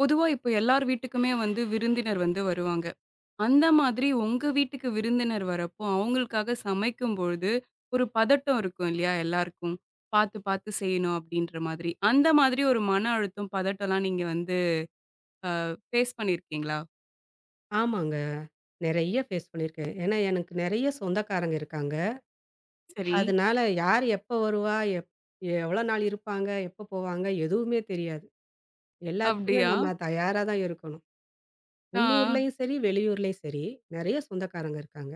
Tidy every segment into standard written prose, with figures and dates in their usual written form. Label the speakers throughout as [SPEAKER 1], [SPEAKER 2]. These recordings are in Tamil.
[SPEAKER 1] பொதுவா இப்ப எல்லார் வீட்டுக்குமே வந்து விருந்தினர் வந்து வருவாங்க. அந்த மாதிரி உங்க வீட்டுக்கு விருந்தினர் வரப்போ, அவங்களுக்காக சமைக்கும்பொழுது, ஒரு பதட்டம் இருக்கும் இல்லையா எல்லாருக்கும். பார்த்து பார்த்து செய்யணும் அப்படின்ற மாதிரி. அந்த மாதிரி ஒரு மன அழுத்தம், பதட்டம்லாம் நீங்க வந்து ஃபேஸ் பண்ணியிருக்கீங்களா?
[SPEAKER 2] ஆமாங்க. நெறைய ஃபேஸ் பண்ணியிருக்கேன். ஏன்னா எனக்கு நெறைய சொந்தக்காரங்க இருக்காங்க.
[SPEAKER 1] சரி.
[SPEAKER 2] அதனால யார் எப்ப வருவா? எவ்வளோ நாள் இருப்பாங்க? எப்ப போவாங்க? எதுவுமே தெரியாது. எல்லாத்துக்குமே
[SPEAKER 1] அப்படியா?
[SPEAKER 2] நம்ம தயாரா தான் இருக்கணும்.
[SPEAKER 1] ஆ.
[SPEAKER 2] உள்ளூர்லயும் சரி, வெளியூர்லயும் சரி, நெறைய சொந்தக்காரங்க இருக்காங்க.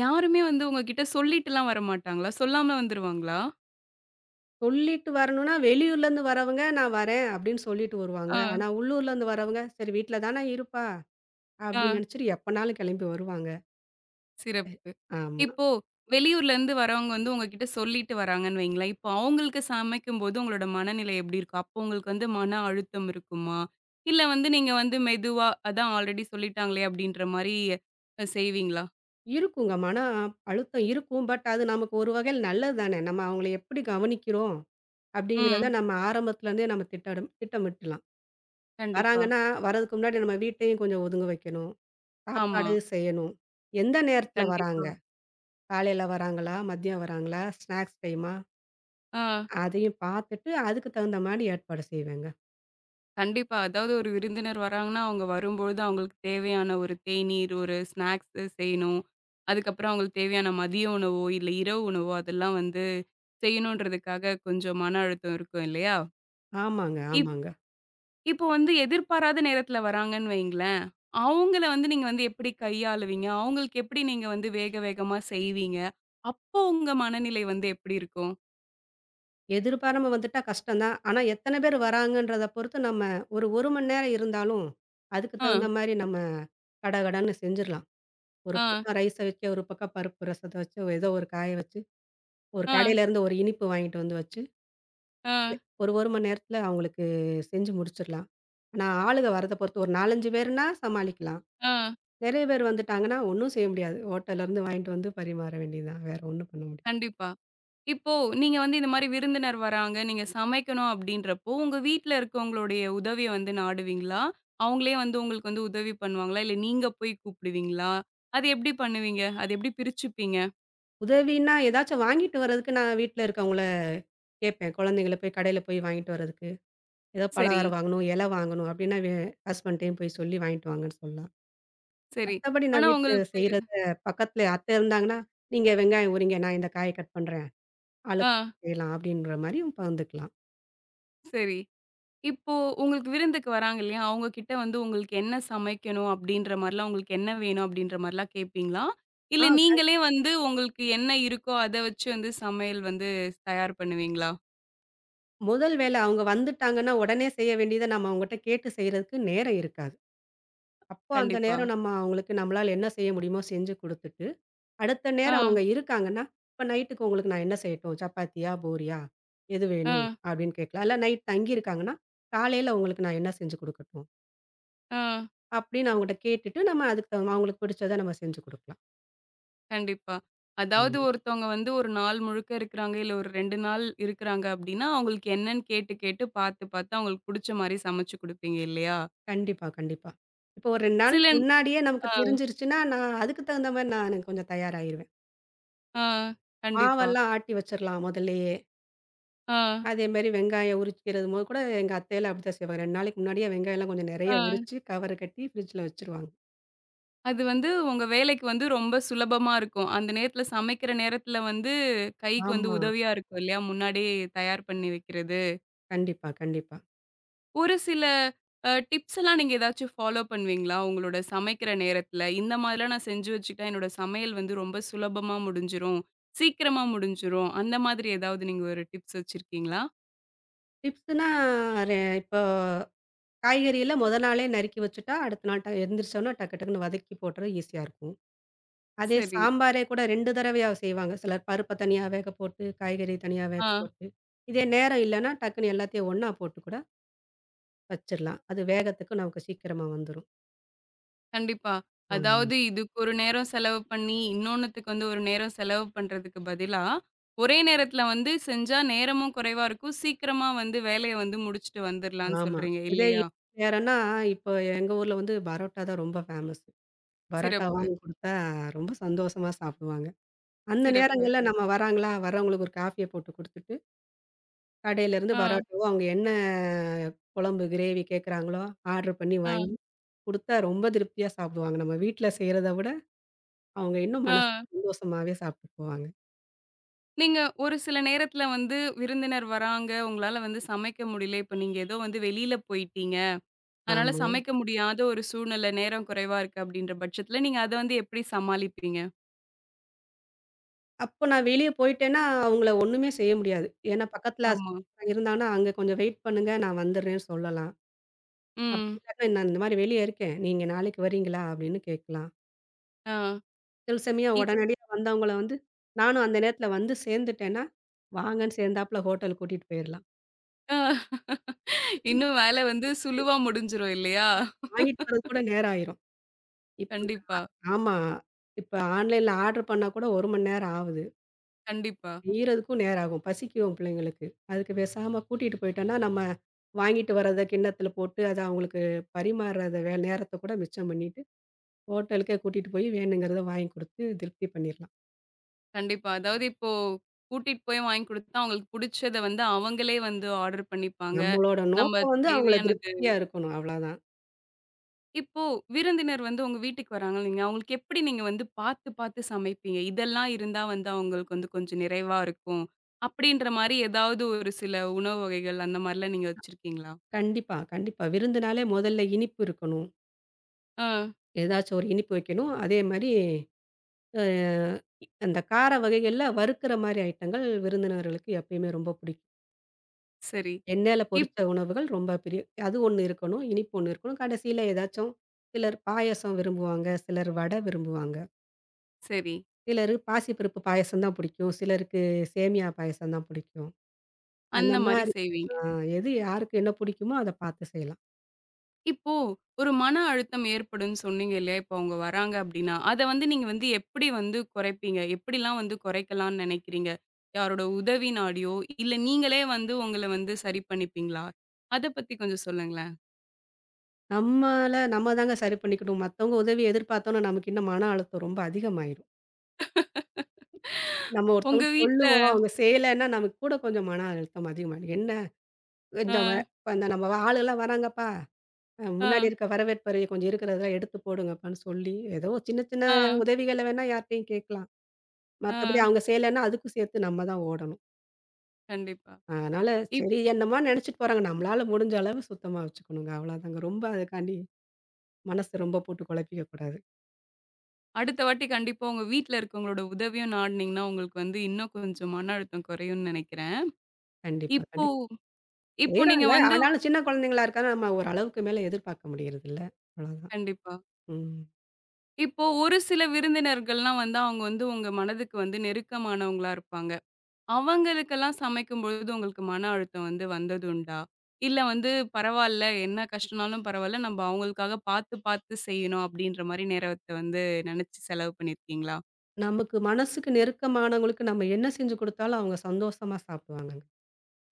[SPEAKER 1] யாருமே வந்து உங்ககிட்ட சொல்லிட்டுலாம் வரமாட்டாங்களா? சொல்லாம வந்துருவாங்களா?
[SPEAKER 2] சொல்லிட்டு வரணும்னா, வெளியூர்லேருந்து வரவங்க "நான் வரேன்" அப்படின்னு சொல்லிட்டு வருவாங்க.
[SPEAKER 1] ஆ,
[SPEAKER 2] ஆனா உள்ளூர்லேருந்து வரவங்க "சரி வீட்ல தானே இருப்பா"
[SPEAKER 1] ஆ.
[SPEAKER 2] அப்படின்னு நெனச்சுட்டு எப்பனாலும் கெளம்பி வருவாங்க.
[SPEAKER 1] சிறப்பு.
[SPEAKER 2] ஆமா.
[SPEAKER 1] இப்போ வெளியூர்லருந்து வரவங்க வந்து உங்ககிட்ட சொல்லிட்டு வராங்கன்னு வைங்களேன், இப்போ அவங்களுக்கு சமைக்கும்போது உங்களோட மனநிலை எப்படி இருக்கும்? அப்போ உங்களுக்கு வந்து மன அழுத்தம் இருக்குமா? இல்ல வந்து நீங்க வந்து மெதுவா, அதான் ஆல்ரெடி சொல்லிட்டாங்களே அப்படின்ற மாரி செய்வீங்களா?
[SPEAKER 2] இருக்குங்க. மன அழுத்தம் இருக்கும். பட் அது நமக்கு ஒரு வகையில நல்லது தானே. நம்ம அவங்கள எப்படி கவனிக்கிறோம் அப்படிங்கிறத
[SPEAKER 1] ம்.
[SPEAKER 2] நம்ம ஆரம்பத்துலேருந்தே நம்ம திட்டம் திட்டமிட்டுலாம்.
[SPEAKER 1] கண்டிப்பா.
[SPEAKER 2] வராங்கன்னா, வர்றதுக்கு முன்னாடி நம்ம வீட்டையும் கொஞ்சம் ஒதுங்க வைக்கணும்.
[SPEAKER 1] ஆமா.
[SPEAKER 2] சாப்பாடு செய்யணும். எந்த நேரத்தில வராங்க?
[SPEAKER 1] கண்டிப்பா.
[SPEAKER 2] காலையில வராங்களா? மதியம் வராங்களா? ஸ்நாக்ஸ் டைமா?
[SPEAKER 1] ஆ.
[SPEAKER 2] அதையும் பார்த்துட்டு அதுக்கு தகுந்த மாரி ஏற்பாடு செய்வேங்க.
[SPEAKER 1] கண்டிப்பா. அதாவது ஒரு விருந்தினர் வராங்கன்னா, அவங்க வரும்பொழுது அவங்களுக்கு தேவையான ஒரு தேநீர், ஒரு ஸ்நாக்ஸு செய்யணும். அதுக்கப்புறம் அவங்களுக்கு தேவையான மதிய உணவோ, இல்ல இரவு உணவோ அதெல்லாம் வந்து செய்யணுன்றதுக்காக கொஞ்சம் மன அழுத்தம் இருக்கும் இல்லையா?
[SPEAKER 2] ஆமாங்க,
[SPEAKER 1] இப்
[SPEAKER 2] ஆமாங்க.
[SPEAKER 1] இப்போ வந்து எதிர்பாராத நேரத்துல வராங்கன்னு வைங்களேன், அவங்கள வந்து நீங்க வந்து எப்படி கையாளுவீங்க? அவங்களுக்கு எப்படி நீங்க வந்து வேக வேகமா செய்வீங்க? அப்போ உங்க மனநிலை வந்து எப்படி இருக்கும்?
[SPEAKER 2] எதிர்பாராம வந்துட்டா கஷ்டம் தான். ஆனா எத்தன பேர் வராங்கன்றத பொறுத்து நம்ம ஒரு 1 மணி நேரம் இருந்தாலும், அதுக்கு
[SPEAKER 1] அ,
[SPEAKER 2] தகுந்த மாரி நம்ம கடகடன்னு செஞ்சிரலாம். ஒரு
[SPEAKER 1] அ,
[SPEAKER 2] பக்கம் ரைஸ வைக்க, ஒரு பக்கம் பருப்பு ரசத்த வச்சு, ஏதோ ஒரு காய வச்சு, ஒரு
[SPEAKER 1] அ,
[SPEAKER 2] கடையிலேருந்து ஒரு இனிப்பு வாங்கிட்டு வந்து வச்சு,
[SPEAKER 1] அ,
[SPEAKER 2] ஒரு 1 மணி நேரத்தில அவங்களுக்கு செஞ்சு முடிச்சிரலாம். ஆனா ஆளுக வரத பொறுத்து ஒரு 4, 5 பேருன்னா சமாளிக்கலாம்.
[SPEAKER 1] அ,
[SPEAKER 2] நெறைய பேர் வந்துட்டாங்கன்னா, ஒண்ணும் செய்ய முடியாது. ஹோட்டல்லருந்து வாங்கிட்டு வந்து பரிமாற வேண்டியது தான். வேற ஒண்ணும் பண்ண முடியாது.
[SPEAKER 1] கண்டிப்பா. இப்போ நீங்க வந்து இந்த மாரி விருந்தினர் வராங்க, நீங்க சமைக்கணும் அப்படின்றப்போ, உங்க வீட்ல இருக்கவங்களுடைய உதவிய வந்து நாடுவீங்களா? அவங்களே வந்து உங்களுக்கு வந்து உதவி பண்ணுவாங்களா? இல்ல நீங்க போய் கூப்பிடுவீங்களா? அது எப்படி பண்ணுவீங்க? அது எப்படி பிரிச்சுப்பீங்க?
[SPEAKER 2] உதவின்னா ஏதாச்சும் வாங்கிட்டு வரதுக்கு நான் வீட்ல இருக்கவங்கள கேட்பேன். குழந்தைங்கள போய் கடையில போய் வாங்கிட்டு வரதுக்கு. ஏதோ
[SPEAKER 1] சரி,
[SPEAKER 2] பலகாரம் வாங்கணும், இலை வாங்கணும் அப்டின்னா, ஹஸ்பண்ட்டயும் போய் சொல்லி வாங்கிட்டு வாங்கன்னு சொல்லலாம்.
[SPEAKER 1] சரி.
[SPEAKER 2] மத்தபடி நான்
[SPEAKER 1] ஆனா
[SPEAKER 2] வீட்ல
[SPEAKER 1] உங்களுக்கு.
[SPEAKER 2] செய்றத பக்கத்துல அத்த இருந்தாங்கன்னா, "நீங்க வெங்காயம் உரிங்க, நான் இந்த காய கட் பண்றேன்.
[SPEAKER 1] ஆ.
[SPEAKER 2] ஆளுக்கு செய்யலாம்" அப்டின்ற மாரியும் பகிர்ந்துக்கலாம்.
[SPEAKER 1] சரி. இப்போ உங்களுக்கு விருந்துக்கு வராங்க இல்லையா? அவங்க கிட்ட வந்து உங்களுக்கு என்ன சமைக்கணும் அப்படின்ற மாரிலாம், உங்களுக்கு என்ன வேணும் அப்படின்ற மாரிலாம் கேட்பீங்களா?
[SPEAKER 2] ஆ
[SPEAKER 1] இல்ல நீங்களே வந்து உங்களுக்கு என்ன இருக்கோ அத வச்சு வந்து சமையல் வந்து தயார் பண்ணுவீங்களா?
[SPEAKER 2] முதல் வேல அவங்க வந்துட்டாங்கன்னா, உடனே செய்ய வேண்டியத நம்ம அவங்கட்ட கேட்டு செய்றதுக்கு நேரம் இருக்காது. அப்போ அந்த
[SPEAKER 1] கண்டிப்பா.
[SPEAKER 2] நேரம் நம்ம அவங்களுக்கு நம்மளால என்ன செய்ய முடியுமோ செஞ்சு குடுத்துட்டு அடுத்த
[SPEAKER 1] ஆ,
[SPEAKER 2] நேரம் அவங்க இருக்காங்கன்னா, "இப்ப நைட்டுக்கு உங்களுக்கு நான் என்ன செய்யட்டும்? சப்பாத்தியா? பூரியா? எது
[SPEAKER 1] ஆ,
[SPEAKER 2] வேணும்?" அப்படின்னு கேட்கலாம். இல்ல நைட் தங்கியிருக்காங்கன்னா, "காலையில உங்களுக்கு நான் என்ன செஞ்சு குடுக்கட்டும்?"
[SPEAKER 1] ஆ.
[SPEAKER 2] அப்படின்னு அவங்கட்ட கேட்டுட்டு நம்ம அதுக்கு தகுந்த அவங்களுக்கு பிடிச்சத நம்ம செஞ்சு குடுக்கலாம்.
[SPEAKER 1] கண்டிப்பா. அதாவது
[SPEAKER 2] ஆமா.
[SPEAKER 1] ஒருத்தவங்க வந்து ஒரு நாள் முழுக்க இருக்கிறாங்க, இல்ல ஒரு 2 நாள் இருக்கிறாங்க அப்படின்னா, அவங்களுக்கு என்னன்னு கேட்டு கேட்டு, பார்த்து பார்த்து அவங்களுக்கு புடிச்ச மாரி சமைச்சு குடுப்பீங்க இல்லையா?
[SPEAKER 2] கண்டிப்பா, கண்டிப்பா. இப்போ ஒரு 2
[SPEAKER 1] சில.
[SPEAKER 2] நாளுக்கு முன்னாடியே நமக்கு
[SPEAKER 1] ஆ.
[SPEAKER 2] தெரிஞ்சிருச்சுன்னா, நான் அதுக்கு தகுந்த மாரி நானு கொஞ்சம் தயாராகிருவேன்.
[SPEAKER 1] ஆ. கண்டிப்பா.
[SPEAKER 2] மாவெல்லாம் ஆட்டி வச்சிரலாம் முதல்லயே.
[SPEAKER 1] ஆ,
[SPEAKER 2] அதேமாரி வெங்காயம் உரிக்கிறது மொத கூட எங்க அத்தையெல்லாம் அப்படித்தான் செய்வாங்க. 2 நாளைக்கு முன்னாடியே வெங்காயம்லாம் கொஞ்சம் நெறைய
[SPEAKER 1] ஆ.
[SPEAKER 2] உரிச்சு, கவர் கட்டி ஃப்ரிட்ஜ்ல வச்சுருவாங்க.
[SPEAKER 1] அது வந்து உங்க வேலைக்கு வந்து ரொம்ப சுலபமா இருக்கும். அந்த நேரத்துல சமைக்கிற நேரத்துல வந்து கைக்கு வந்து
[SPEAKER 2] ஆமா.
[SPEAKER 1] உதவியா இருக்கும் இல்லையா? முன்னாடியே தயார் பண்ணி வைக்கிறது.
[SPEAKER 2] கண்டிப்பா, கண்டிப்பா.
[SPEAKER 1] ஒரு சில டிப்ஸ் எல்லாம் நீங்க ஏதாச்சும் ஃபாலோ பண்ணுவீங்களா? உங்களோட சமைக்கிற நேரத்துல, இந்த மாதிரிலாம் நான் செஞ்சு வச்சுக்கிட்டா என்னோட சமையல் வந்து ரொம்ப சுலபமா முடிஞ்சிரும். சீக்கிரமா முடிஞ்சிரும். அந்த மாதிரி ஏதாவது நீங்க ஒரு டிப்ஸ் வச்சிருக்கீங்களா?
[SPEAKER 2] டிப்ஸ்னா இப்போ காய்கறியில மொத நாளே நறுக்கி வச்சுட்டா, அடுத்த நாள் எந்திரிச்சோன்னா டக்கு டக்குன்னு வதக்கி போட்டுறது ஈஸியா இருக்கும். அதே
[SPEAKER 1] சரி.
[SPEAKER 2] சாம்பாரே கூட 2 தடவையா செய்வாங்க. சிலர் பருப்ப தனியா வேக போட்டு, காய்கறி தனியா வேக
[SPEAKER 1] ஆ.
[SPEAKER 2] போட்டு. இதே நேரம் இல்லன்னா, டக்குன்னு எல்லாத்தையும் ஒண்ணா போட்டு கூட வச்சிரலாம். அது வேகத்துக்கு நமக்கு சீக்கிரமா வந்துரும்.
[SPEAKER 1] கண்டிப்பா.
[SPEAKER 2] ஆமா,
[SPEAKER 1] அதாவது இதுக்கு ஒரு நேரம் செலவு பண்ணி, இன்னொன்னுத்துக்கு வந்து ஒரு நேரம் செலவு பண்றதுக்கு பதிலா, ஒரே நேரத்துல வந்து செஞ்சா நேரமும் குறைவா இருக்கும். சீக்கிரமா வந்து வேலைய வந்து முடிச்சுட்டு வந்துரலாம்ன்னு
[SPEAKER 2] ஆமா.
[SPEAKER 1] சொல்றீங்க
[SPEAKER 2] இதே
[SPEAKER 1] இல்லையா?
[SPEAKER 2] வேறன்னா, இப்போ எங்க ஊர்ல வந்து பரோட்டா தான் ரொம்ப ஃபேமஸ். பரோட்டா
[SPEAKER 1] சிறப்பு,
[SPEAKER 2] வாங்கி குடுத்தா ரொம்ப சந்தோஷமா சாப்பிடுவாங்க. அந்த
[SPEAKER 1] சிறப்பு.
[SPEAKER 2] நேரங்கள்ல நம்ம வராங்களா, வர்றவங்களுக்கு ஒரு காஃபிய போட்டு குடுத்துட்டு, கடையிலேருந்து
[SPEAKER 1] ஆ,
[SPEAKER 2] பரோட்டாவோ அவங்க என்ன குழம்பு, கிரேவி கேட்குறாங்களோ ஆர்டர் பண்ணி
[SPEAKER 1] ஆ,
[SPEAKER 2] வாங்கி குடுத்தா ரொம்ப திருப்தியா சாப்பிடுவாங்க. நம்ம வீட்ல செய்றத விட, அவங்க இன்னும்
[SPEAKER 1] ஆ.
[SPEAKER 2] மனசு சந்தோஷமாவே சாப்பிட்டு போவாங்க.
[SPEAKER 1] நீங்க ஒரு சில நேரத்துல வந்து விருந்தினர் வராங்க, உங்களால வந்து சமைக்க முடியல. இப்ப நீங்க ஏதோ வந்து வெளியில போயிட்டீங்க. அதனால
[SPEAKER 2] ஆமா.
[SPEAKER 1] சமைக்க முடியாத ஒரு சூழ்நிலை, நேரம் குறைவா இருக்கு அப்படின்ற பட்சத்துல, நீங்க அத வந்து எப்படி சமாளிப்பீங்க?
[SPEAKER 2] அப்போ நான் வெளிய போயிட்டேன்னா, அவங்கள ஒண்ணுமே செய்ய முடியாது. ஏன்னா பக்கத்துல
[SPEAKER 1] ஆமா.
[SPEAKER 2] இருந்தாங்கன்னா, "அங்க கொஞ்சம் வெயிட் பண்ணுங்க, நான் வந்துடுறேன்னு" சொல்லலாம். அப்படி
[SPEAKER 1] ம்.
[SPEAKER 2] இல்லாட்டா, "நான் இந்த மாரி வெளிய இருக்கேன். நீங்க நாளைக்கு வரீங்களா?" அப்படின்னு கேட்கலாம்.
[SPEAKER 1] ஆ.
[SPEAKER 2] சில சமயம்
[SPEAKER 1] இப்
[SPEAKER 2] உடனடியா வந்தவங்கள வந்து, நானும் அந்த நேரத்துல வந்து சேர்ந்துட்டேன்னா, வாங்கன்னு சேர்ந்தாப்புல ஹோட்டல் கூட்டிட்டு போயிரலாம்.
[SPEAKER 1] ஆ. இன்னும் வேல வந்து
[SPEAKER 2] என்ன
[SPEAKER 1] சுலுவா
[SPEAKER 2] செய்ய?
[SPEAKER 1] முடிஞ்சிரும் இல்லையா?
[SPEAKER 2] வாங்கிட்டு வரதுக்கு கூட நேரம் ஆயிரும். இப்ப
[SPEAKER 1] கண்டிப்பா,
[SPEAKER 2] ஆமா. இப்ப ஆன்லைன்ல ஆர்டர் பண்ணா கூட 1 மணி நேரம் ஆகுது.
[SPEAKER 1] கண்டிப்பா,
[SPEAKER 2] செய்றதுக்கும் நேரம் ஆகும். பசிக்கும் பிள்ளைங்களுக்கு. அதுக்கு பேசாம கூட்டிட்டு போயிட்டோம்னா, நம்ம வாங்கிட்டு வர்றத கிண்ணத்துல போட்டு, அத அவங்களுக்கு பரிமாறுறத வே நேரத்த கூட மிச்சம் பண்ணிட்டு, ஹோட்டலுக்கே கூட்டிட்டு போய் வேணுங்கிறத வாங்கி குடுத்து திருப்தி பண்ணிரலாம்.
[SPEAKER 1] கண்டிப்பா. அதாவது இப்போ கூட்டிட்டு போய் வாங்கி குடுத்தா, அவங்களுக்கு புடிச்சத வந்து அவங்களே வந்து ஆர்டர் பண்ணிப்பாங்க.
[SPEAKER 2] நம்மளோட
[SPEAKER 1] நம்ம
[SPEAKER 2] நோக்கம் வந்து அவங்கள
[SPEAKER 1] தேவையானது.
[SPEAKER 2] திருப்தியா இருக்கணும். அவ்வளதான்.
[SPEAKER 1] இப்போ விருந்தினர் வந்து உங்க வீட்டுக்கு வராங்கன்னு வைங்க, அவங்களுக்கு எப்படி நீங்க வந்து பாத்து, பாத்து சமைப்பீங்க? இதெல்லாம் இருந்தா வந்து அவங்களுக்கு வந்து கொஞ்சம் நிறைவா இருக்கும். அப்படின்ற மாரி ஏதாவது ஒரு சில உணவு வகைகள் அந்த மாரிலாம் நீங்க வச்சிருக்கீங்களா?
[SPEAKER 2] கண்டிப்பா, கண்டிப்பா. விருந்துனாலே முதல்ல இனிப்பு இருக்கணும்.
[SPEAKER 1] ஆ,
[SPEAKER 2] ஏதாச்சும் ஒரு இனிப்பு வைக்கணும். அதே மாரி அ அந்த கார வகைகள்ல வறுக்கிற மாரி ஐட்டங்கள் விருந்தினர்களுக்கு எப்பயுமே ரொம்ப பிடிக்கும்.
[SPEAKER 1] சரி.
[SPEAKER 2] எண்ணெயில
[SPEAKER 1] இப்
[SPEAKER 2] பொரிச்ச உணவுகள் ரொம்ப பிரியம். அது ஒண்ணு இருக்கணும். இனிப்பு ஒண்ணு இருக்கணும். கடைசியில ஏதாச்சும் சிலர் பாயாசம் விரும்புவாங்க. சிலர் வடை விரும்புவாங்க.
[SPEAKER 1] சரி.
[SPEAKER 2] சிலரு பாசிப்பருப்பு பாயாசம் தான் பிடிக்கும். சிலருக்கு சேமியா பாயாசம் தான் பிடிக்கும். அந்த
[SPEAKER 1] அந்த மாரி
[SPEAKER 2] மாரி ஆ
[SPEAKER 1] செய்வீங்க.
[SPEAKER 2] எது யாருக்கு என்ன பிடிக்குமோ அத பார்த்து செய்யலாம்.
[SPEAKER 1] இப்போ ஒரு மன அழுத்தம் ஏற்படும்ன்னு சொன்னீங்க இல்லையா? இப்போ அவங்க வராங்க அப்டின்னா, அத வந்து நீங்க வந்து எப்படி வந்து குறைப்பீங்க? எப்படிலாம் வந்து குறைக்கலாம்னு நினைக்கிறீங்க? யாரோட உதவி நாடியோ, இல்ல நீங்களே வந்து உங்கள வந்து சரி பண்ணிப்பீங்களா? அத பத்தி கொஞ்சம் சொல்லுங்களேன்.
[SPEAKER 2] நம்மால நம்ம தாங்க சரி பண்ணிக்கணும். மத்தவங்க உதவி எதிர்பார்த்தோம்னா, நமக்கு இன்னும் மன அழுத்தம் ரொம்ப அதிகமாயிரும். நம்ம
[SPEAKER 1] உங்க
[SPEAKER 2] ஒருத்தவங்க
[SPEAKER 1] வீட்ல
[SPEAKER 2] சொல்லுவோம், அவங்க செய்யலன்னா, நமக்கு கூட கொஞ்சம் மன அழுத்தம் அதிகமாயிடும். என்ன
[SPEAKER 1] அ,
[SPEAKER 2] கொஞ்சம் இப்ப இந்த நம்ம ஆளுலாம் வராங்கப்பா, முன்னாடி
[SPEAKER 1] அ,
[SPEAKER 2] இருக்க வரவேற்பறைய கொஞ்சம் இருக்கிறதெல்லாம் எடுத்து போடுங்கப்பான்னு சொல்லி, ஏதோ சின்ன சின்ன
[SPEAKER 1] அ,
[SPEAKER 2] உதவிகள வேணா யார்ட்டயும் கேட்கலாம்.
[SPEAKER 1] அ,
[SPEAKER 2] மத்தபடி அவங்க செய்யலன்னா, அதுக்கும் சேர்த்து நம்ம தான் ஓடணும்.
[SPEAKER 1] கண்டிப்பா.
[SPEAKER 2] அதனால
[SPEAKER 1] இப்
[SPEAKER 2] சரி என்னமோ நெனச்சுட்டு போறாங்க. நம்மளால முடிஞ்ச அளவு சுத்தமா வச்சுக்கணுங்க. அவ்வளோதாங்க. ரொம்ப அதுக்காண்டி மனசு ரொம்ப போட்டு குழப்பிக்க கூடாது.
[SPEAKER 1] அடுத்த வாட்டி கண்டிப்பா உங்க வீட்ல இருக்கவங்களோட உதவியும் நாடுனீங்கன்னா, உங்களுக்கு வந்து இன்னும் கொஞ்சம் மன அழுத்தம் குறையும்னு நினைக்கிறேன்.
[SPEAKER 2] கண்டிப்பா,
[SPEAKER 1] இப்போ
[SPEAKER 2] கண்டிப்பா.
[SPEAKER 1] இப்போ நீங்க
[SPEAKER 2] செய்றாங்க.
[SPEAKER 1] வந்து
[SPEAKER 2] ஆனாலும் சின்ன குழந்தைங்களா இருக்கனால, நம்ம ஒரு அளவுக்கு மேல எதிர்பார்க்க முடியறதில்ல. அவ்வளோதான்.
[SPEAKER 1] கண்டிப்பா.
[SPEAKER 2] ம்.
[SPEAKER 1] இப்போ ஒரு சில விருந்தினர்கள்லாம் வந்து, அவங்க வந்து உங்க மனதுக்கு வந்து நெருக்கமானவங்களா இருப்பாங்க. அவங்களுக்கெல்லாம் சமைக்கும்பொழுது உங்களுக்கு மன அழுத்தம் வந்து வந்ததுண்டா? இல்ல வந்து பரவால்ல, என்ன கஷ்டம்னாலும் பரவால்ல, நம்ப அவங்களுக்காக பாத்து பாத்து செய்யணும் அப்படின்ற மாரி நேரத்த வந்து நெனச்சு செலவு பண்ணியிருக்கீங்களா?
[SPEAKER 2] நமக்கு மனசுக்கு நெருக்கமானவங்களுக்கு நம்ம என்ன செஞ்சு குடுத்தாலும் அவங்க சந்தோஷமா சாப்பிடுவாங்கங்க.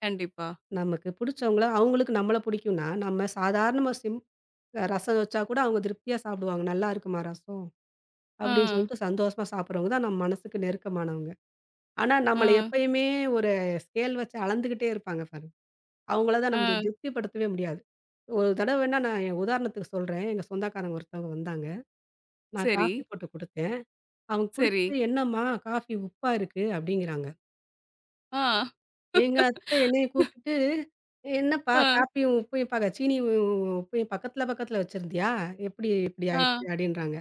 [SPEAKER 1] கண்டிப்பா.
[SPEAKER 2] நமக்கு புடிச்சவங்கள அவங்களுக்கு நம்மள புடிக்கும்னா, நம்ம சாதாரணமா சிம் அ ரசம் வச்சா கூட அவங்க திருப்தியா சாப்பிடுவாங்க. "நல்லா இருக்குமா ரசம்?"
[SPEAKER 1] ஆ,
[SPEAKER 2] அப்படின்னு சொல்லிட்டு சந்தோஷமா சாப்பிடுறவங்க தான் நம்ம மனசுக்கு நெருக்கமானவங்க. ஆனா
[SPEAKER 1] ஆ,
[SPEAKER 2] நம்மள எப்பயுமே ஒரு ஸ்கேல் வச்சு அளந்துகிட்டே இருப்பாங்க பாருங்க. அவங்கள தான் நம்ம
[SPEAKER 1] ஆ.
[SPEAKER 2] திருப்திப்படுத்தவே முடியாது. ஒரு தடவ வேணா நான் என் உதாரணத்துக்கு சொல்றேன். எங்க சொந்தக்காரங்க ஒருத்தவங்க வந்தாங்க. நான்
[SPEAKER 1] சரி,
[SPEAKER 2] காஃபி போட்டு குடுத்தேன். அவங்க
[SPEAKER 1] சரி.
[SPEAKER 2] குடிச்சுட்டு, "என்னம்மா காஃபி உப்பா இருக்கு" அப்படிங்கிறாங்க.
[SPEAKER 1] ஆ,
[SPEAKER 2] எங்க அத்தை என்னைய கூப்பிட்டுட்டு, "என்னப்பா
[SPEAKER 1] ஆ,
[SPEAKER 2] காப்பியும், உப்பையும் சீனியும் உப்பையும் பக்கத்துல பக்கத்துல வச்சிருந்தியா? எப்படி இப்படி ஆயிடுச்சு?"
[SPEAKER 1] ஆ,
[SPEAKER 2] அப்படின்றாங்க.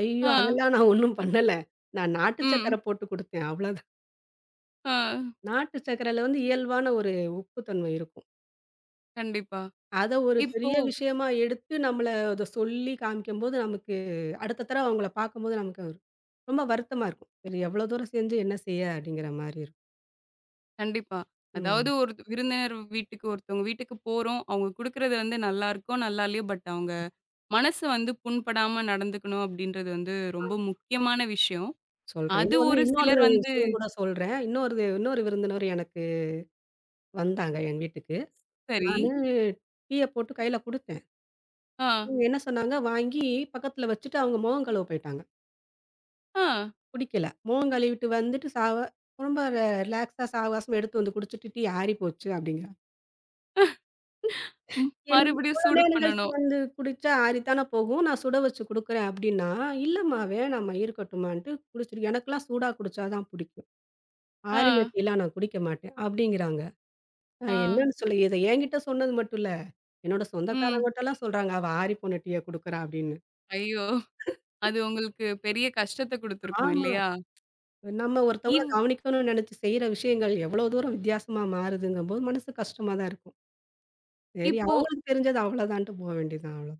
[SPEAKER 2] ஐயோ!
[SPEAKER 1] ஆ.
[SPEAKER 2] அதெல்லாம் நான் ஒண்ணும் பண்ணல. நான் நாட்டு
[SPEAKER 1] ம்.
[SPEAKER 2] சர்க்கரை போட்டு குடுத்தேன், அவ்வளோதான்.
[SPEAKER 1] ஆ.
[SPEAKER 2] நாட்டு சர்க்கரையில வந்து இயல்பான ஒரு உப்பு தன்மை இருக்கும்.
[SPEAKER 1] கண்டிப்பா.
[SPEAKER 2] அத ஒரு
[SPEAKER 1] இப்போ
[SPEAKER 2] பெரிய விஷயமா எடுத்து நம்மள அத சொல்லி காமிக்கும்போது, நமக்கு அடுத்த தடவ அவங்கள பார்க்கும்போது நமக்கு ஒரு ரொம்ப வருத்தமா இருக்கும். "சரி எவ்வளோ தூரம் செஞ்சு என்ன செய்ய?" அப்படிங்கிற மாரி இருக்கும்.
[SPEAKER 1] கண்டிப்பா. அதாவது
[SPEAKER 2] ம்.
[SPEAKER 1] ஒரு விருந்தினர் வீட்டுக்கு ஒருத்தவங்க வீட்டுக்கு போறோம். அவங்க குடுக்குறது வந்து நல்லா இருக்கோ, நல்லா இல்லையோ, பட் அவங்க மனசு வந்து புண்படாம நடந்துக்கணும் அப்படின்றது வந்து ரொம்ப முக்கியமான விஷயம்.
[SPEAKER 2] சொல்றேன்.
[SPEAKER 1] அது
[SPEAKER 2] இன்னொன்னு
[SPEAKER 1] ஒரு
[SPEAKER 2] இன்னொன்னு
[SPEAKER 1] சிலர் வந்து
[SPEAKER 2] விஷயம் கூட சொல்றேன். இன்னொரு இன்னொரு விருந்தினர் எனக்கு வந்தாங்க என் வீட்டுக்கு.
[SPEAKER 1] சரி.
[SPEAKER 2] நானு டீய போட்டு கையில குடுத்தேன்.
[SPEAKER 1] ஆ,
[SPEAKER 2] இவுங்க என்ன சொன்னாங்க, வாங்கி பக்கத்துல வச்சுட்டு அவுங்க முகம் கழுவ போயிட்டாங்க.
[SPEAKER 1] ஆ,
[SPEAKER 2] குடிக்கல. முகம் கழுவிட்டு வந்துட்டு ரொம்ப ரிலாக்ஸா சாவகாசமா எடுத்து வந்து குடிச்சுட்டு, "டீ ஆறி போச்சு" அப்டிங்கிறாங்க.
[SPEAKER 1] ம்.
[SPEAKER 2] என்
[SPEAKER 1] மறுபடியும்
[SPEAKER 2] இவ்ளோ
[SPEAKER 1] சூடு
[SPEAKER 2] நேரம் கழிச்சு
[SPEAKER 1] பண்ணணும்.
[SPEAKER 2] வந்து குடிச்சா ஆறித்தானே போகும். நான் சுட வச்சு குடுக்குறேன் அப்டின்னா, "இல்லம்மா வேணாம்மா இருக்கட்டுமான்ட்டு" குடிச்சுட்டு, "எனக்கெல்லாம் சூடா குடிச்சா தான் புடிக்கும்.
[SPEAKER 1] ஆ,
[SPEAKER 2] ஆறின டீலாம் நான் குடிக்க மாட்டேன்" அப்டிங்கிறாங்க.
[SPEAKER 1] ஆ,
[SPEAKER 2] நான் என்னன்னு சொல்லி இத என்கிட்ட சொன்னது மட்டும் இல்ல. என்னோட
[SPEAKER 1] ம்.
[SPEAKER 2] சொந்தக்காரங்கட்டலாம் சொல்றாங்க. "அவ ஆறிப்போன டீய குடுக்குறா" அப்படின்னு.
[SPEAKER 1] ஐயோ! அது உங்களுக்கு பெரிய கஷ்டத்த குடுத்துருக்கும்
[SPEAKER 2] ஆமா.
[SPEAKER 1] இல்லையா?
[SPEAKER 2] நம்ம ஒருத்தவங்கள
[SPEAKER 1] இவ்
[SPEAKER 2] கவனிக்கணும்னு நெனச்சு செய்ற விஷயங்கள் எவ்வளோ தூரம் வித்தியாசமா மாறுதுங்கும்போது, மனசு கஷ்டமா தான் இருக்கும். சரி
[SPEAKER 1] இப்போ
[SPEAKER 2] அவங்களுக்கு தெரிஞ்சது அவ்வளோதான்ட்டு போ வேண்டியதுதான் அவ்வளோ.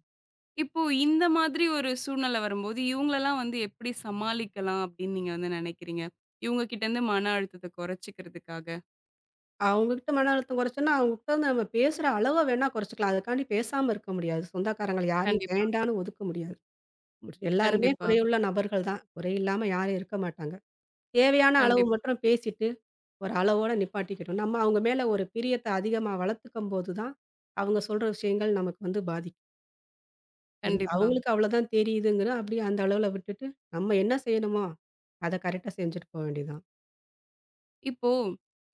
[SPEAKER 1] இப்போ இந்த மாதிரி ஒரு சூழ்நிலை வரும்போது, இவங்களலாம் வந்து எப்படி சமாளிக்கலாம் அப்படின்னு நீங்க வந்து நினைக்கிறீங்க? இவங்க கிட்டேருந்து மன அழுத்தத்த குறைச்சுக்கிறதுக்காக.
[SPEAKER 2] அவங்ககிட்ட மன அழுத்தம் குறைச்சோம்னா, அவங்ககிட்ட வந்து நம்ம பேசுற அளவ வேணா குறைச்சுக்கலாம். அதுக்காண்டி பேசாம இருக்க முடியாது. சொந்தக்காரங்கள யாரையும்
[SPEAKER 1] கண்டிப்பா,
[SPEAKER 2] வேண்டான்னு ஒதுக்க முடியாது. எல்லாருமே
[SPEAKER 1] கண்டிப்பா,
[SPEAKER 2] குறையுள்ள நபர்கள் தான். குறை இல்லாம யாரும் இருக்க மாட்டாங்க. தேவையான அளவு
[SPEAKER 1] கண்டிப்பா,
[SPEAKER 2] மட்டும் பேசிட்டு, ஒரு அளவோட நிப்பாட்டிக்கணும். நம்ம அவங்க மேல ஒரு பிரியத்த அதிகமா வளர்த்துக்கும்போது தான், அவங்க சொல்ற விஷயங்கள் நமக்கு வந்து பாதிக்கும். சரி,
[SPEAKER 1] கண்டிப்பா.
[SPEAKER 2] அவங்களுக்கு அவ்வளோதான் தெரியுதுங்கிற அப்படியே அந்த அளவுல விட்டுட்டு, நம்ம என்ன செய்யணுமோ, அத கரெக்ட்டா செஞ்சுட்டு போ வேண்டியதுதான்.
[SPEAKER 1] இப்போ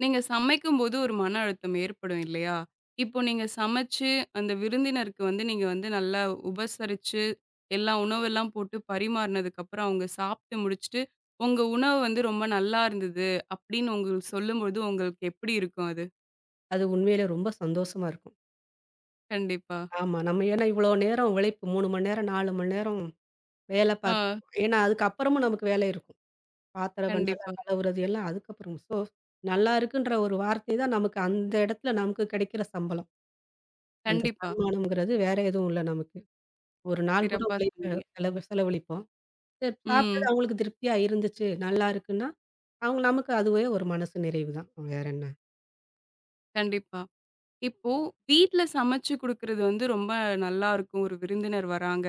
[SPEAKER 1] நீங்க சமைக்கும்போது ஒரு மன அழுத்தம் ஏற்படும் இல்லையா? இப்போ நீங்க சமைச்சு அந்த விருந்தினருக்கு வந்து நீங்க வந்து நல்லா உபசரிச்சு, எல்லா உணவெல்லாம் போட்டு பரிமாறுனதுக்கப்புறம், அவங்க சாப்பிட்டு முடிச்சுட்டு, உங்க உணவு வந்து ரொம்ப நல்லா இருந்தது அப்படின்னு உங்களுக்கு சொல்லும்போது உங்களுக்கு எப்படி இருக்கும் அது?
[SPEAKER 2] அது உண்மையிலே ரொம்ப சந்தோஷமா இருக்கும்.
[SPEAKER 1] கண்டிப்பா.
[SPEAKER 2] ஆமா. நம்ம ஏன்னா இவ்வளோ நேரம் உழைப்பு 3 மணி நேரம், 4 மணி நேரம் வேலை
[SPEAKER 1] ஆ.
[SPEAKER 2] பார்த்துருப்போம். ஏன்னா அதுக்கப்புறமும் நமக்கு வேலை இருக்கும். பாத்திரம்
[SPEAKER 1] கண்டிப்பா,
[SPEAKER 2] பண்டாலாம் கழுவுறது எல்லாம் அதுக்கப்புறம். ஸோ, நல்லா இருக்குன்ற ஒரு வார்த்தை தான் நமக்கு அந்த இடத்துல நமக்கு கிடைக்கிற சம்பளம். அந்த
[SPEAKER 1] கண்டிப்பா.
[SPEAKER 2] சன்மானம்ங்கிறது வேற எதுவும் இல்ல நமக்கு. ஒரு நாள் கூட
[SPEAKER 1] சிறப்பா
[SPEAKER 2] உழைப்பு
[SPEAKER 1] சொன்னீங்க.
[SPEAKER 2] செலவு செலவழிப்போம். சரி சாப்பிட்டது
[SPEAKER 1] ம்.
[SPEAKER 2] அவங்களுக்கு திருப்தியா இருந்துச்சு, நல்லா இருக்குன்னா, அவங்க நமக்கு அதுவே ஒரு மனசு நிறைவு தான். வேற என்ன?
[SPEAKER 1] கண்டிப்பா. இப்போ வீட்ல சமைச்சு குடுக்குறது வந்து ரொம்ப நல்லா இருக்கும். ஒரு விருந்தினர் வராங்க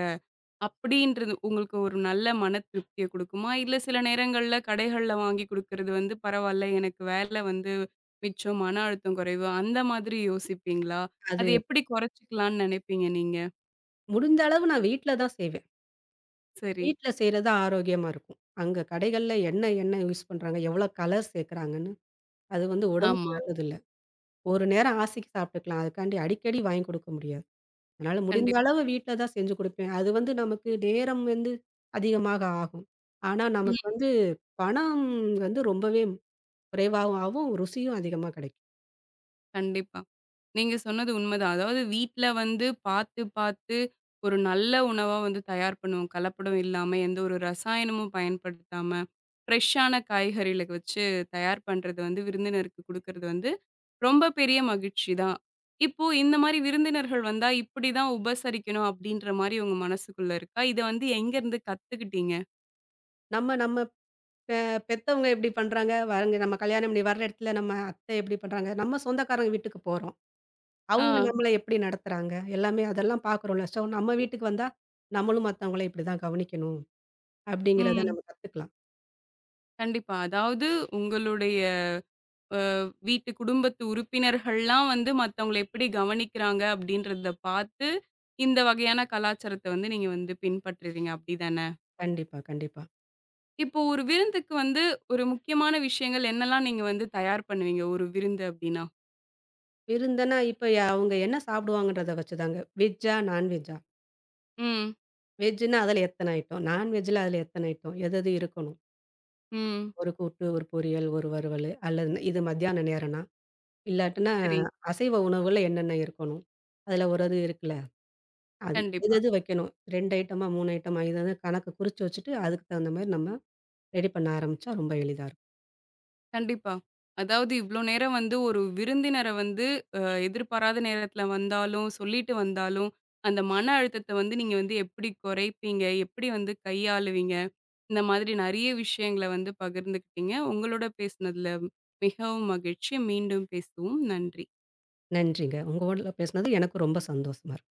[SPEAKER 1] அப்படின்றது உங்களுக்கு ஒரு நல்ல மன திருப்திய குடுக்குமா? இல்ல சில நேரங்கள்ல கடைகள்ல வாங்கி குடுக்குறது வந்து பரவால்ல, எனக்கு வேல வந்து மிச்சம், மன அழுத்தம் குறைவு அந்த மாதிரி யோசிப்பீங்களா? அது
[SPEAKER 2] அது
[SPEAKER 1] எப்படி குறைச்சுக்கலாம்ன்னு நினைப்பீங்க நீங்க?
[SPEAKER 2] முடிந்த அளவு நான் வீட்ல தான் செய்வேன்.
[SPEAKER 1] சரி.
[SPEAKER 2] வீட்ல செய்றது ஆரோக்கியமா இருக்கும். அங்க கடைகள்ல என்ன எண்ணெய் யூஸ் பண்றாங்க, எவ்வளோ கலர் சேர்க்குறாங்கன்னு, அது வந்து
[SPEAKER 1] ஆமா.
[SPEAKER 2] உடம்புக்கு நல்லதில்ல. ஒரு நேரம் ஆசைக்கு சாப்பிட்டுக்கலாம். அதுக்காண்டி அடிக்கடி வாங்கி குடுக்க முடியாது. அதனால முடிந்த
[SPEAKER 1] கண்டிப்பா.
[SPEAKER 2] அளவு வீட்ல தான் செஞ்சு குடுப்பேன். அது வந்து நமக்கு நேரம் வந்து அதிகமாக ஆகும். ஆனா, நமக்கு வந்து பணம் வந்து ரொம்பவே குறைவாவும் ஆகும். ருசியும் அதிகமா கிடைக்கும்.
[SPEAKER 1] கண்டிப்பா. நீங்க சொன்னது உண்மதான். அதாவது வீட்ல வந்து பார்த்து, பார்த்து ஒரு நல்ல உணவா வந்து தயார் பண்ணுவோம். கலப்படம் இல்லாம, எந்த ஒரு ரசாயனமும் பயன்படுத்தாம, ஃப்ரெஷ்ஷான காய்கறிகள வச்சு தயார் பண்றது வந்து விருந்தினருக்கு குடுக்கறது வந்து ரொம்ப பெரிய மகிழ்ச்சி தான். இப்போ இந்த மாரி விருந்தினர்கள் வந்தா இப்படி தான் உபசரிக்கணும் அப்படின்ற மாரி உங்க மனசுக்குள்ள இருக்கா? இத வந்து எங்கருந்து கத்துக்கிட்டீங்க?
[SPEAKER 2] நம்ம நம்ம பெ பெத்தவங்க எப்படி பண்றாங்க, வரங்க நம்ம கல்யாணம் பண்ணி வர இடத்துல நம்ம அத்தை எப்படி பண்றாங்க, நம்ம சொந்தக்காரங்க வீட்டுக்கு போறோம். அவங்க
[SPEAKER 1] ஆ.
[SPEAKER 2] நம்மள எப்படி நடத்துறாங்க, எல்லாமே அதெல்லாம் பார்க்குறோம்ல. ஸோ, நம்ம வீட்டுக்கு வந்தா நம்மளும் மத்தவங்கள இப்படி தான் கவனிக்கணும், அப்படிங்கிறத
[SPEAKER 1] ம்.
[SPEAKER 2] நம்ம கத்துக்கலாம்.
[SPEAKER 1] கண்டிப்பா. அதாவது உங்களுடைய வீட்டு குடும்பத்து உறுப்பினர்கள்லாம் வந்து மத்தவங்கள எப்படி கவனிக்கிறாங்க அப்படின்றத பார்த்து, இந்த வகையான கலாச்சாரத்த வந்து நீங்க வந்து பின்பற்றுறீங்க அப்படிதானே?
[SPEAKER 2] கண்டிப்பா, கண்டிப்பா.
[SPEAKER 1] இப்போ ஒரு விருந்துக்கு வந்து ஒரு முக்கியமான விஷயங்கள் என்னலாம் நீங்க வந்து தயார் பண்ணுவீங்க? ஒரு விருந்து அப்படின்னா?
[SPEAKER 2] விருந்துன்னா இப்ப அவங்க என்ன சாப்பிடுவாங்கன்றத வச்சுதாங்க. வெஜ்ஜா, நான்வெஜ்ஜா?
[SPEAKER 1] ம்,
[SPEAKER 2] வெஜ்ஜுன்னா அதில எத்தன ஐட்டம்? நான்வெஜ்ஜில அதில எத்தன ஐட்டம்? எது எது இருக்கணும்?
[SPEAKER 1] ம்.
[SPEAKER 2] ஒரு கூட்டு, ஒரு பொரியல், ஒரு வறுவலு அல்லது இது மத்தியான நேரம்னா, இல்லாட்டினா
[SPEAKER 1] சரி.
[SPEAKER 2] அசைவ உணவுகள்ல என்னென்ன இருக்கணும்? அதில ஒரு இது இருக்குல்ல. அது எது
[SPEAKER 1] கண்டிப்பா.
[SPEAKER 2] எது வைக்கணும்? 2 ஐட்டமா, 3 ஐட்டமா இது இது கணக்கு குறிச்சு வச்சுட்டு, அதுக்கு தகுந்த மாரி நம்ம ரெடி பண்ண ஆரம்பிச்சா ரொம்ப எளிதா இருக்கும்.
[SPEAKER 1] கண்டிப்பா. அதாவது இவ்ளோ நேரம் வந்து ஒரு விருந்தினர வந்து அ எதிர்பாராத நேரத்தில வந்தாலும், சொல்லிட்டு வந்தாலும், அந்த மன அழுத்தத்த வந்து நீங்க வந்து எப்படி குறைப்பீங்க? எப்படி வந்து கையாளுவீங்க? இந்த மாதிரி நெறைய விஷயங்கள வந்து பகிர்ந்துக்கிட்டீங்க. உங்களோட பேசினதுல மிகவும் மகிழ்ச்சி. மீண்டும் பேசுவோம். நன்றி.
[SPEAKER 2] நன்றிங்க. உங்களோட பேசினது எனக்கு ரொம்ப சந்தோஷமா இருக்கு.